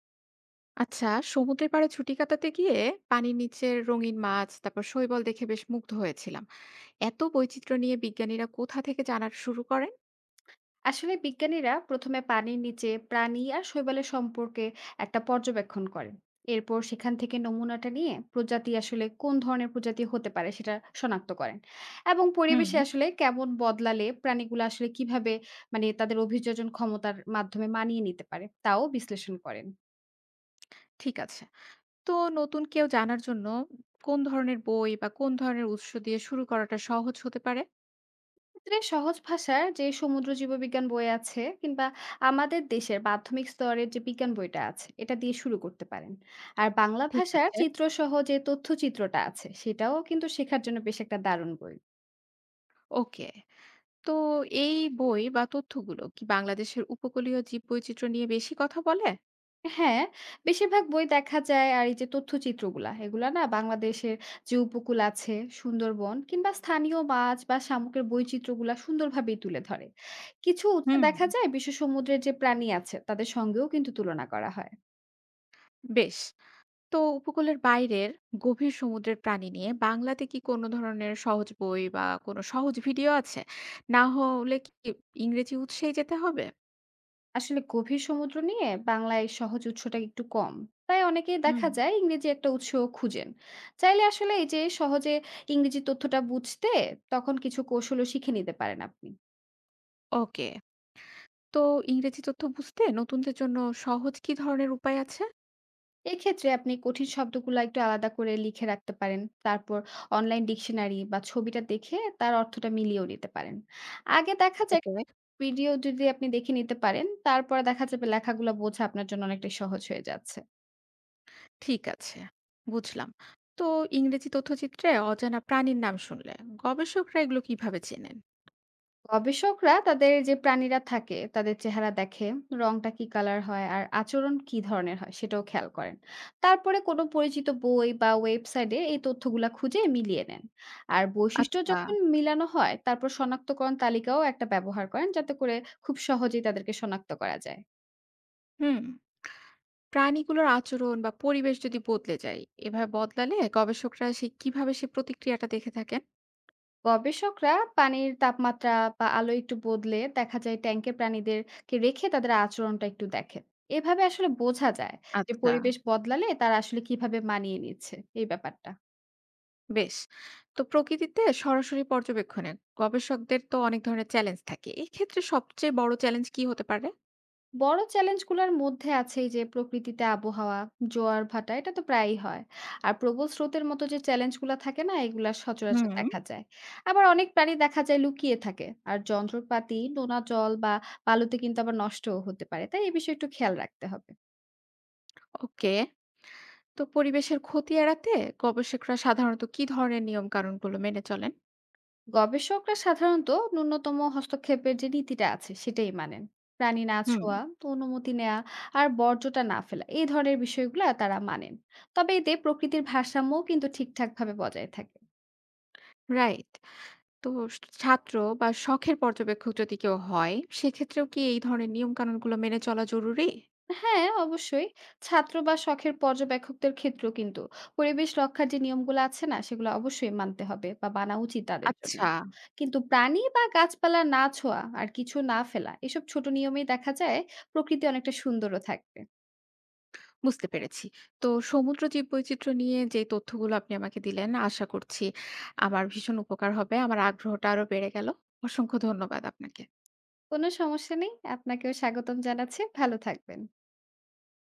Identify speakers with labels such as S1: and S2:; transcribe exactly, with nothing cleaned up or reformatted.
S1: আচ্ছা, সমুদ্রের পাড়ে ছুটি কাটাতে গিয়ে পানির নিচের রঙিন মাছ, তারপর শৈবাল দেখে বেশ মুগ্ধ হয়েছিলাম। এত বৈচিত্র্য নিয়ে বিজ্ঞানীরা কোথা থেকে জানা শুরু করেন?
S2: আসলে বিজ্ঞানীরা প্রথমে পানির নিচে প্রাণী আর শৈবালের সম্পর্কে একটা পর্যবেক্ষণ করেন। এরপর সেখান থেকে নমুনাটা নিয়ে প্রজাতি আসলে কোন ধরনের প্রজাতি হতে পারে সেটা শনাক্ত করেন, এবং
S1: হুম।
S2: পরিবেশে আসলে কেমন বদলালে প্রাণীগুলো আসলে কিভাবে মানে তাদের অভিযোজন ক্ষমতার মাধ্যমে মানিয়ে নিতে পারে তাও বিশ্লেষণ করেন।
S1: ঠিক আছে। তো নতুন কেউ জানার জন্য কোন ধরনের বই বা কোন ধরনের উৎস দিয়ে শুরু করাটা সহজ হতে পারে?
S2: ক্ষেত্রে সহজ ভাষার যে সমুদ্র জীববিজ্ঞান বই আছে, কিংবা আমাদের দেশের মাধ্যমিক স্তরের যে বিজ্ঞান বইটা আছে এটা দিয়ে শুরু করতে পারেন। আর বাংলা
S1: ঠিক
S2: ভাষার
S1: আছে।
S2: চিত্রসহ যে তথ্যচিত্রটা আছে সেটাও কিন্তু শেখার জন্য বেশ একটা দারুণ বই।
S1: ওকে। তো এই বই বা তথ্যগুলো কি বাংলাদেশের উপকূলীয় জীববৈচিত্র্য নিয়ে বেশি কথা বলে?
S2: হ্যাঁ, বেশিরভাগ বই দেখা যায় আর এই যে তথ্যচিত্রগুলা, এগুলা না বাংলাদেশের যে উপকূল আছে, সুন্দরবন, কিংবা স্থানীয় মাছ বা শামুকের বৈচিত্র্যগুলা সুন্দরভাবেই তুলে ধরে। কিছু উৎসে
S1: হুম।
S2: দেখা যায় বিশ্ব সমুদ্রের যে প্রাণী আছে তাদের সঙ্গেও কিন্তু তুলনা করা হয়।
S1: বেশ। তো উপকূলের বাইরের গভীর সমুদ্রের প্রাণী নিয়ে বাংলাতে কি কোনো ধরনের সহজ বই বা কোনো সহজ ভিডিও আছে? না হলে কি ইংরেজি উৎসেই যেতে হবে?
S2: আসলে গভীর সমুদ্র নিয়ে বাংলায় সহজ উৎসটা একটু কম, তাই অনেকেই
S1: হুম।
S2: দেখা যায় ইংরেজি একটা উৎস খুঁজেন। চাইলে আসলে এই যে সহজে ইংরেজি তথ্যটা বুঝতে, তখন কিছু কৌশলও শিখে নিতে পারেন আপনি।
S1: ওকে। তো ইংরেজি তথ্য বুঝতে নতুনদের জন্য সহজ কি ধরনের উপায় আছে?
S2: এক্ষেত্রে আপনি কঠিন শব্দগুলো একটু আলাদা করে লিখে রাখতে পারেন। তারপর অনলাইন ডিকশনারি বা ছবিটা দেখে তার অর্থটা মিলিয়েও নিতে পারেন। আগে দেখা যায়
S1: ওকে।
S2: ভিডিও যদি আপনি দেখে নিতে পারেন, তারপরে দেখা যাবে লেখাগুলো বোঝা আপনার জন্য অনেকটা সহজ হয়ে যাচ্ছে।
S1: ঠিক আছে, বুঝলাম। তো ইংরেজি তথ্যচিত্রে অজানা প্রাণীর নাম শুনলে গবেষকরা এগুলো কিভাবে চেনেন?
S2: গবেষকরা তাদের যে প্রাণীরা থাকে তাদের চেহারা দেখে, রংটা কি কালার হয় আর আচরণ কি ধরনের হয় সেটাও খেয়াল করেন। তারপরে কোনো পরিচিত বই বা ওয়েবসাইটে এই তথ্যগুলা খুঁজে মিলিয়ে নেন। আর বৈশিষ্ট্য
S1: আচ্ছা।
S2: যখন মিলানো হয় তারপর শনাক্তকরণ তালিকাও একটা ব্যবহার করেন, যাতে করে খুব সহজেই তাদেরকে শনাক্ত করা যায়।
S1: হুম। প্রাণীগুলোর আচরণ বা পরিবেশ যদি বদলে যায়, এভাবে বদলালে গবেষকরা সেই কিভাবে সেই প্রতিক্রিয়াটা দেখে থাকেন?
S2: গবেষকরা পানির তাপমাত্রা বা আলো একটু বদলে দেখা যায় ট্যাঙ্কে প্রাণীদেরকে রেখে তাদের আচরণটা একটু দেখেন। এভাবে আসলে বোঝা যায় যে
S1: আচ্ছা।
S2: পরিবেশ বদলালে তারা আসলে কিভাবে মানিয়ে নিচ্ছে এই ব্যাপারটা।
S1: বেশ। তো প্রকৃতিতে সরাসরি পর্যবেক্ষণে গবেষকদের তো অনেক ধরনের চ্যালেঞ্জ থাকে। এক্ষেত্রে সবচেয়ে বড় চ্যালেঞ্জ কি হতে পারে?
S2: বড় চ্যালেঞ্জগুলোর মধ্যে আছে এই যে প্রকৃতিতে আবহাওয়া, জোয়ার ভাটা এটা তো প্রায়ই হয়, আর প্রবল স্রোতের মতো যে চ্যালেঞ্জগুলো থাকে না এগুলা সচরাচর
S1: হুম।
S2: দেখা যায়। আবার অনেক প্রাণী দেখা যায় লুকিয়ে থাকে, আর যন্ত্রপাতি নোনা জল বা বালুতে কিন্তু আবার নষ্টও হতে পারে, তাই এই বিষয়ে একটু খেয়াল রাখতে হবে।
S1: ওকে। তো পরিবেশের ক্ষতি এড়াতে গবেষকরা সাধারণত কি ধরনের নিয়ম কানুনগুলো মেনে চলেন?
S2: গবেষকরা সাধারণত ন্যূনতম হস্তক্ষেপের যে নীতিটা আছে সেটাই মানেন। প্রাণী না
S1: হুম।
S2: ছোঁয়া, তো অনুমতি নেওয়া, আর বর্জ্যটা না ফেলা এই ধরনের বিষয়গুলো তারা মানেন। তবে এতে প্রকৃতির ভারসাম্যও কিন্তু ঠিকঠাক ভাবে বজায় থাকে।
S1: রাইট। তো স- ছাত্র বা শখের পর্যবেক্ষক যদি কেউ হয়, সেক্ষেত্রেও কি এই ধরনের নিয়ম কানুনগুলো মেনে চলা জরুরি?
S2: হ্যাঁ, অবশ্যই। ছাত্র বা শখের পর্যবেক্ষকদের ক্ষেত্রেও কিন্তু পরিবেশ রক্ষার যে নিয়মগুলো আছে না সেগুলো অবশ্যই মানতে হবে বা মানা উচিত তাদের জন্য।
S1: আচ্ছা।
S2: কিন্তু প্রাণী বা গাছপালা না ছোঁয়া আর কিছু না ফেলা এসব ছোট নিয়মেই দেখা যায় প্রকৃতি অনেকটা সুন্দরও থাকবে।
S1: বুঝতে পেরেছি। তো সমুদ্র জীববৈচিত্র্য নিয়ে যে তথ্যগুলো আপনি আমাকে দিলেন, আশা করছি আমার ভীষণ উপকার হবে। আমার আগ্রহটা আরো বেড়ে গেল। অসংখ্য ধন্যবাদ আপনাকে।
S2: কোনো সমস্যা নেই। আপনাকেও স্বাগতম জানাচ্ছি। ভালো থাকবেন।